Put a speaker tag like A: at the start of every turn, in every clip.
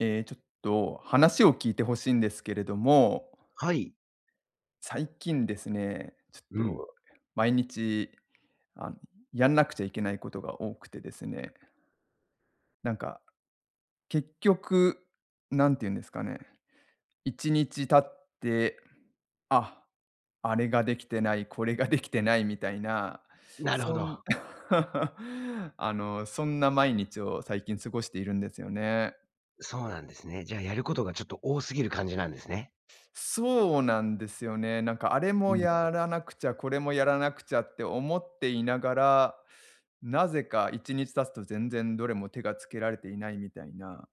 A: ええ、ちょっと話を聞いて欲しいんですけれども、
B: はい。
A: 最近ですね、ちょっ
B: うん。
A: と毎日、あの、やんなくちゃいけないことが多くてですね、なんか結局、なんて言うんですかね、1日経って、あ、あれができてない、これができてないみたいな、
B: なるほ
A: そん
B: ど。
A: あの、そんな毎日を最近過ごしているんですよね。
B: そうなんですね。じゃあ、やることがちょっと多すぎる感じなんですね。
A: そうなんですよね。なんかあれ
B: う
A: も
B: ん。
A: やらなくちゃ、これもやらなくちゃって思っていながら、なぜか1日経つと全然どれも手がつけられていないみたいな、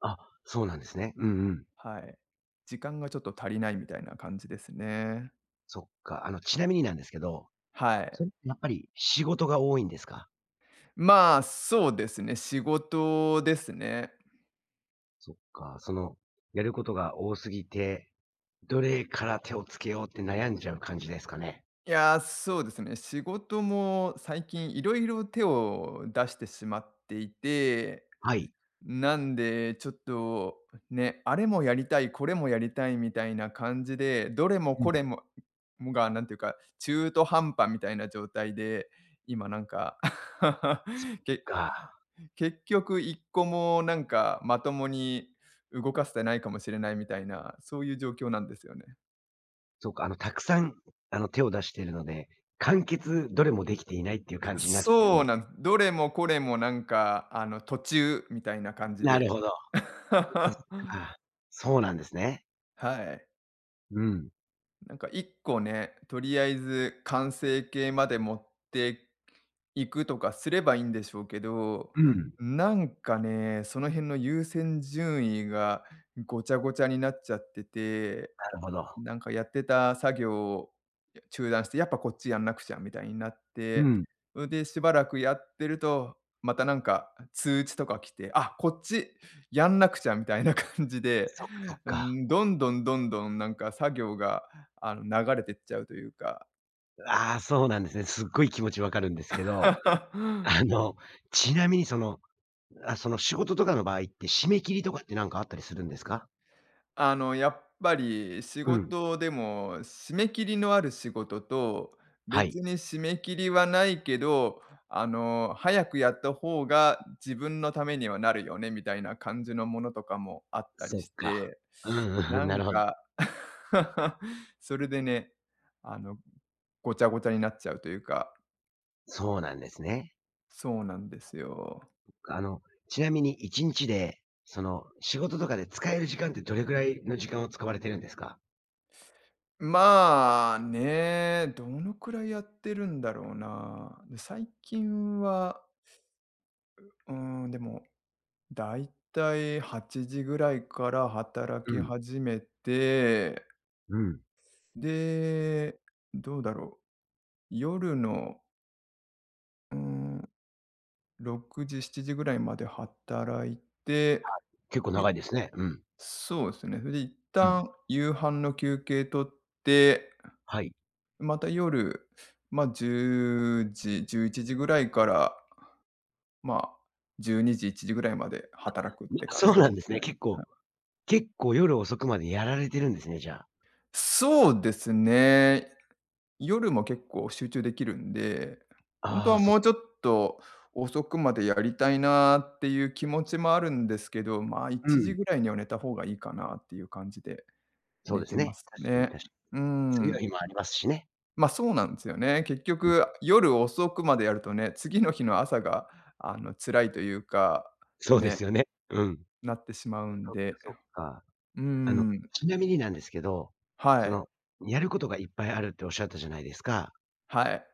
B: あ、そうなんですね。うんうん。
A: はい。時間がちょっと足りないみたいな感じですね。
B: そっか。ちなみになんですけど、
A: は
B: そ
A: い。
B: れやっぱり仕事が多いんですか？
A: まあ、そうですね、仕事ですね。
B: そっか。その、やることが多すぎて、どれから手をつけようって悩んじゃう感じですかね？
A: いやー、そうですね、仕事も最近いろいろ手を出してしまっていて
B: はい。
A: なんで、ちょっとね、あれもやりたい、これもやりたいみたいな感じで、どれも
B: うん。
A: これももが、なんていうか、中途半端みたいな状態で、今なんか
B: そっ
A: け
B: か。
A: 結局一個もなんかまともに動かせてないかもしれないみたいな、そういう状況なんですよね。
B: そっか、たくさん、手を出しているので、完結どれもできていないっていう感じになってるん
A: そう
B: です。
A: なんです、どれもこれもなんか、途中みたいな感じ
B: なる
A: で。
B: ほど。そっ か。そうなんですね。
A: はい。
B: うん。
A: なんか1個ね、とりあえず完成形まで持っていくとかすればいいんでしょうけど、
B: うん、な
A: なんかね、その辺の優先順位がごちゃごちゃになっちゃってて、
B: るほど。
A: なんかやってた作業を中断して、やっぱこっちやんなくちゃみたいになっ
B: う
A: て、
B: ん。
A: それでしばらくやってると、またなんか通知とか来て、あ、こっちやんなくちゃみたいな感じで、
B: そっかそっ
A: う
B: か。
A: ん、どんどんどんどんなんか作業が流れてっちゃうというか。
B: ああ、そうなんですね。すっごい気持ちわかるんですけど、あの、ちなみにその、あ、その仕事とかの場合って、締め切りとかってなんかあったりするんですか？
A: やっぱり仕
B: うん。
A: 事でも、締め切りのある仕事と、
B: は
A: 別
B: い。
A: に締め切りはないけど、早くやった方が自分のためにはなるよねみたいな感じのものとかもあったり
B: そっ
A: し
B: か。
A: て、
B: うんう
A: な
B: ん、な
A: ん
B: るほど。
A: か それでね、あの、ごちゃごちゃになっちゃうというか、
B: そうなんですね。
A: そうなんですよ。
B: あの、ちなみに1日で、その、仕事とかで使える時間ってどれくらいの時間を使われてるんですか？
A: まあ、ね、どのくらいやってるんだろうな。で、最近は、うん、でも、だいたい8時ぐらいから働
B: う
A: き
B: ん、
A: 始めて、
B: うん。
A: で、どうだろう、夜の、うん、6時、7時ぐらいまで働いて、
B: 結構長
A: で
B: いですね。うん。
A: そうですね、それで一
B: うん。
A: 旦夕飯の休憩取って、
B: はい。
A: また夜、ま、10時、11時ぐらいからまあ、12時、1時ぐらいまで働くって感
B: そ
A: じ
B: う
A: です
B: なんです
A: か
B: ね。
A: ね。
B: 結構夜遅くまでやられてるんですね、じゃあ。
A: そうですね。夜も結構集中できるんで、ほんと
B: あ
A: は
B: あ、そ
A: もうちょっと遅くまでやりたいなっていう気持ちもあるんですけど、まあ、
B: う
A: 1時
B: ん。
A: ぐらいには寝た方がいいかなっていう感じで
B: そう
A: 寝
B: です
A: てま
B: ね。
A: す
B: 確かに
A: ね。
B: 確かに。
A: うー
B: 次の
A: ん。
B: 日もありますしね。
A: ま、そうなんですよね。結
B: うん。
A: 局夜遅くまでやるとね、次の日の朝が、辛いというか、
B: そうで
A: ね、
B: すよね。うん。
A: なってしまうん
B: そっか
A: で。
B: そっか。
A: うー
B: あの、
A: ん、
B: ちなみになんですけど、
A: は
B: そ
A: い。
B: の、やることがいっぱいあるっておっしゃったじゃないですか。
A: はい。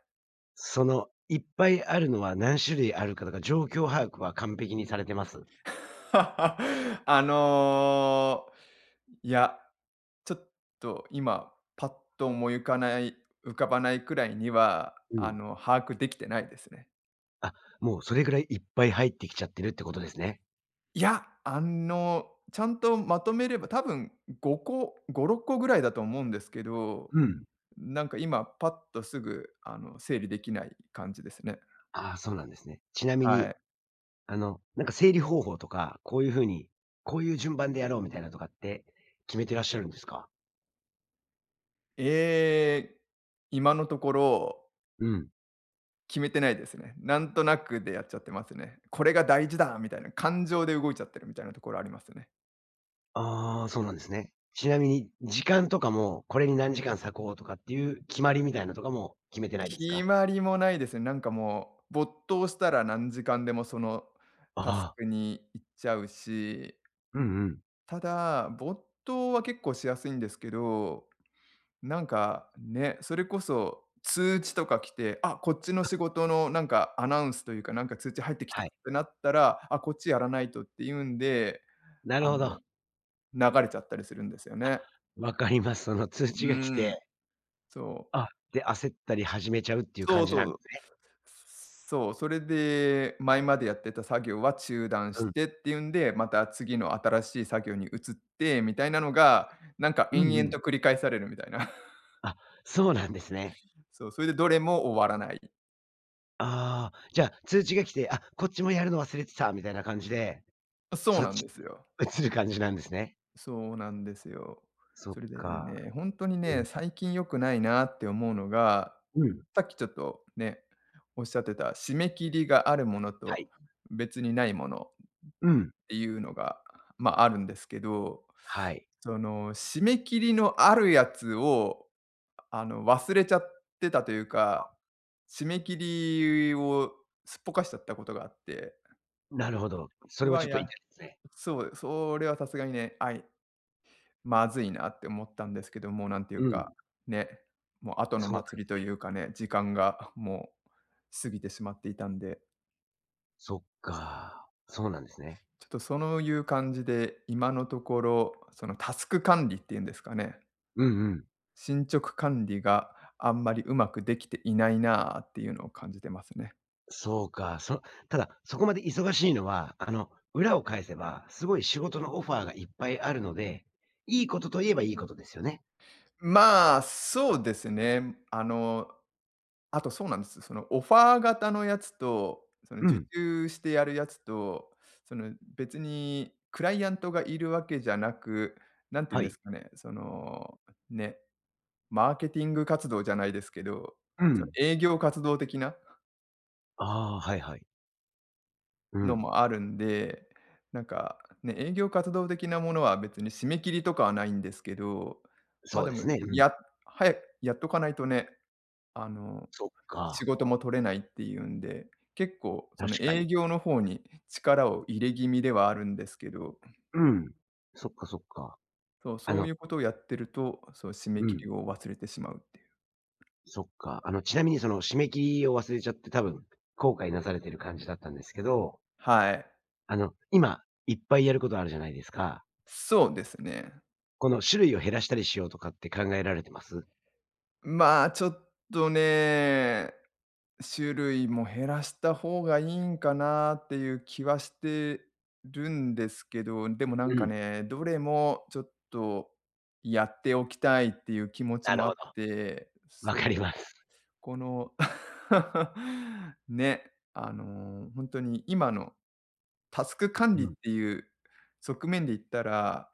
B: その、いっぱいあるのは何種類あるかとか、状況把握は完璧にされてます？
A: あの、いや、ちょっと今パッと思い浮かない浮かばないくらいには、
B: うん。
A: 把握できてないですね。
B: あ、もうそれぐらいいっぱい入ってきちゃってるってことですね。
A: いや、ちゃんとまとめれば多分5個、5、6個ぐらいだと思うんですけど、
B: うん。
A: なんか今パッとすぐ、整理できない感じですね。
B: ああ、そうなんですね。ちなみ
A: は
B: に
A: い。
B: なんか整理方法とか、こういう風に、こういう順番でやろうみたいなとかって決めてらっしゃるんですか？
A: えー今のところ
B: うん。
A: 決めてないですね。なんとなくでやっちゃってますね。これが大事だみたいな、感情で動いちゃってるみたいなところありますね。
B: ああ、そうなんですね。ちなみに時間とかも、これに何時間割こうとかっていう決まりみたいなとかも決めてないです
A: 決
B: か？
A: まりもないですね。なんかもう、没頭したら何時間でもその
B: あ
A: タス
B: あ、
A: クに行っちゃうし、
B: うんうん。
A: ただ、没頭は結構しやすいんですけど、なんかね、それこそ通知とか来て、あ、こっちの仕事のなんかアナウンスというか、なんか通知入ってきた
B: は
A: っ
B: い。
A: てなったら、あ、こっちやらないとっていうんで、
B: なる
A: あ
B: ほ
A: の
B: ど。
A: 流れちゃったりするんですよね。
B: わかります。その通
A: う
B: 知が
A: ー
B: 来て、
A: ん、そう。
B: あ、で、焦ったり始めちゃうっていう
A: そ
B: 感
A: う
B: じ
A: そ
B: なんで
A: う。
B: すね。
A: そう、それで、前までやってた作業は中断
B: う
A: し
B: ん。
A: てっていうんで、また次の新しい作業に移ってみたいなのが、なんか
B: う
A: 延
B: んう
A: 々
B: ん。
A: と繰り返されるみたいな。
B: あ、そうなんですね。
A: そう、それでどれも終わらない。
B: ああ、じゃあ通知が来て、あ、こっちもやるの忘れてたみたいな感じで
A: そう
B: そっ
A: なん
B: ち
A: です
B: に
A: よ。
B: 移 る感じなんですね。
A: そうなんですよ。
B: そっ
A: それで
B: か。
A: ね、ほんとに
B: う
A: ね、
B: ん。
A: 最近良くないなって思うのが、
B: うん。
A: さっきちょっとね、おっしゃってた締め切りがあるもの
B: は
A: と
B: い。
A: 別にないもの。
B: うん。
A: ていうのが、まあ、あるんですけど、
B: はい。
A: その、締め切りのあるやつを、忘れちゃってたというか、締め切りをすっぽかしちゃったことがあって、
B: なるほど。そ
A: う
B: れは
A: わ、
B: ちょっ
A: い
B: と痛いで
A: や
B: すね。
A: そう、それはさすがにね、あいまずいなって思ったんですけども、うなんていう
B: うん。
A: か、ね、もう後の
B: そうなん
A: 祭りというかね、時間がもう過ぎてしまっていたんで、
B: そっか。そうなんですね。
A: ちょっとそういう感じで、今のところ、そのタスク管理っていうんですかね
B: うんうん。
A: 進捗管理があんまりうまくできていないなあっていうのを感じてますね。
B: そうか。そただ、そこまで忙しいのは、あの、裏を返せば、すごい仕事のオファーがいっぱいあるので、いいことといえばいいことですよね。
A: まあ、そうですね。あとそうなんです。そのオファー型のやつと、その
B: う
A: 受
B: ん。
A: 注してやるやつと、その別にクライアントがいるわけじゃなく、なんて言う
B: は
A: んで
B: い。
A: すかね、そのね、マーケティング活動じゃないですけど、
B: う
A: その
B: ん。
A: 営業活動的な
B: ああ、はいはい。う
A: の
B: ん。
A: もあるんで、なんか、ね、営業活動的なものは別に締め切りとかはないんですけど、ま、あ
B: そう
A: で
B: で
A: も、
B: すね。うん。
A: や早くやっとかないとね、あの、
B: そっ
A: 仕
B: か。
A: 事も取れないっていうんで、結構そ
B: 確
A: の
B: か
A: 営
B: に。
A: 業の方に力を入れ気味ではあるんですけど、
B: うん。そっかそっか。
A: そう、
B: あ
A: そうい
B: の
A: うことをやってると、そう、締め
B: う
A: 切
B: ん、
A: りを忘れてしまうっていう。
B: そっか。あの、ちなみにその締め切りを忘れちゃって多分、後悔なされてる感じだったんですけど、
A: はい。
B: あの、今、いっぱいやることあるじゃないですか。
A: そうですね。
B: この種類を減らしたりしようとかって考えられてます？
A: まあ、ちょっとね種類も減らした方がいいんかなっていう気はしてるんですけど、でもなん
B: う
A: か
B: ん、
A: ね、どれもちょっとやっておきたいっていう気持ち
B: なる
A: もあ
B: ほ
A: っ
B: ど。
A: て、
B: わかり
A: そう、
B: ます。
A: この ね、本当に今のタスク管
B: う
A: 理っ
B: ん。
A: ていう側面で言ったら、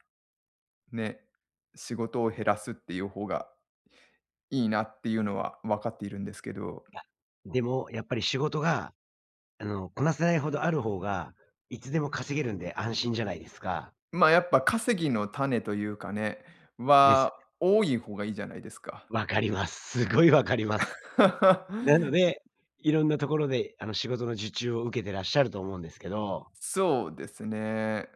A: ね、仕事を減らすっていう方がいいなっていうのは分かっているんですけど
B: や、でもやっぱり仕事が、あの、こなせないほどある方が、いつでも稼げるんで安心じゃないですか。
A: ま、あ、やっぱ稼ぎの種というかね、
B: です
A: は
B: よね。
A: 多い方がいいじゃないですか。
B: わかります。すごいわかります。なの で、いろんなところで、あの、仕事の受注を受けてらっしゃると思うんですけど、
A: そうですね。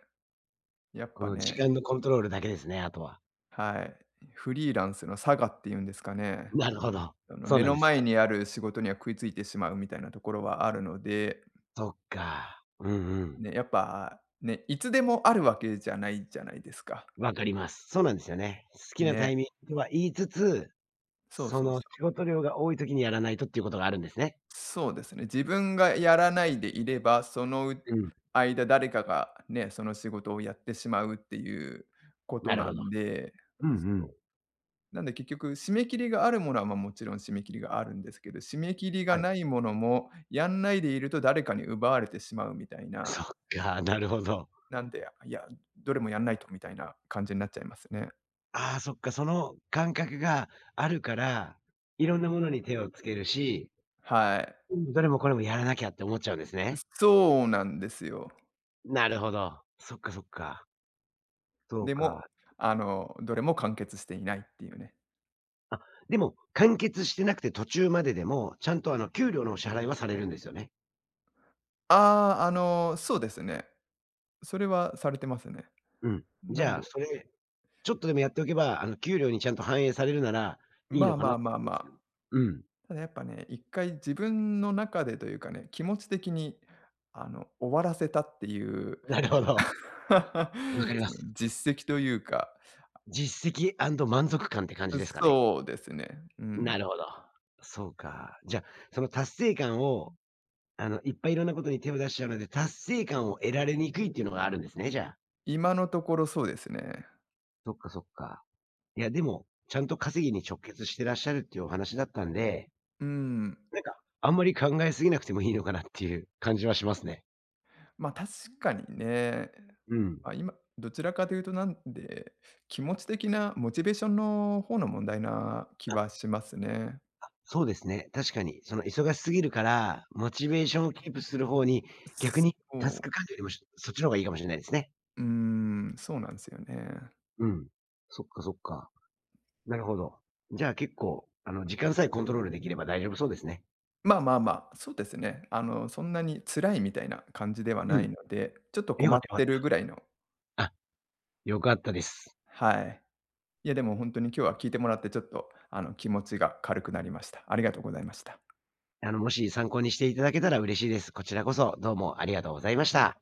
A: やっ
B: こ
A: ぱ
B: の時
A: ね、
B: 間のコントロールだけですね、あとは。
A: はい。フリーランスの差がっていうんですか ね。
B: なるほど。そう
A: 目
B: なん
A: の
B: です
A: 前
B: ね。
A: にある仕事には食いついてしまうみたいなところはあるので、
B: そっか。うんうん。
A: ね、やっぱね、いつでもあるわけじゃないじゃないですか。
B: わかります。そうなんですよね。好きなタ
A: ね。
B: イミングとは言いつつ、
A: そう
B: そ
A: そう。
B: の仕事量が多い時にやらないとっていうことがあるんですね。
A: そうですね。自分がやらないでいれば、そのう
B: うん。
A: 間誰かがね、その仕事をやってしまうっていうこと
B: なる
A: な
B: ほど。
A: んで、
B: うんう
A: そ
B: ん。
A: う、なんで結局締め切りがあるものは、ま、もちろん締め切りがあるんですけど、締め切りが
B: はい。
A: ないものも、やんないでいると誰かに奪われてしまうみたい な、
B: そっか、なるほど。
A: なんで、いや、どれもやんないとみたいな感じになっちゃいますね。
B: ああ、そっか、その感覚があるから、いろんなものに手をつけるし、
A: はい。
B: うん、どれもこれもやらなきゃって思っちゃうんですね。
A: そうなんですよ。
B: なるほど。そっかそっか。そう
A: でも、
B: か。
A: どれも完結していないっていうね。
B: あ、でも、完結してなくて途中まででも、ちゃんとあの、給料のお支払いはされるんですよね。
A: ああ、そうですね。それはされてますね。
B: うん。じ
A: なん
B: ゃ
A: で、
B: あ、それ、ちょっとでもやっておけば、あの、給料にちゃんと反映されるなら、いい
A: ま
B: の
A: あ
B: かな
A: まあ
B: と
A: まあ
B: 思いま
A: ま
B: すけ
A: あ。
B: ど。うん。
A: ただやっぱね、一回自分の中でというかね、気持ち的に終わらせたっていう
B: なるほど。わ
A: そ
B: かりま
A: の
B: す。
A: 実績というか、
B: 実績満足感って感じですかね。
A: そうですね。う
B: な
A: ん。
B: るほど。そうか。じゃあ、その達成感を、あの、いっぱいいろんなことに手を出しちゃうので、達成感を得られにくいっていうのがあるんですね、じゃあ。
A: 今のところそうですね。
B: そっかそっか。いや、でも、ちゃんと稼ぎに直結してらっしゃるっていうお話だったんで、
A: うん。
B: なんか、あんまり考えすぎなくてもいいのかなっていう感じはしますね。
A: ま、確かにね。
B: うん。
A: まあ、今、どちらかというとなんで、気持ち的なモチベーションの方の問題な気はしますね。
B: そうですね、確かに。その忙しすぎるから、モチベーションをキープする方に、逆に
A: そ
B: タス
A: う、
B: ク管理よりも、そっちの方がいいかもしれないですね。
A: うーん、そうなんですよね。
B: うん。そっかそっか。なるほど。じゃあ結構、あの、時間さえコントロールできれば大丈夫そうですね。
A: まあまあまあ、そうですね。そんなに辛いみたいな感じでは
B: う
A: な
B: ん。
A: いので、ちょっと
B: よ
A: 困
B: かっ
A: っ
B: たよ
A: てる
B: かっ
A: ぐらいの
B: た。あ、よかったです。
A: はい。いや、でも本当に今日は聞いてもらって、ちょっと、気持ちが軽くなりました。ありがとうございました。
B: あの、もし参考にしていただけたら嬉しいです。こちらこそ、どうもありがとうございました。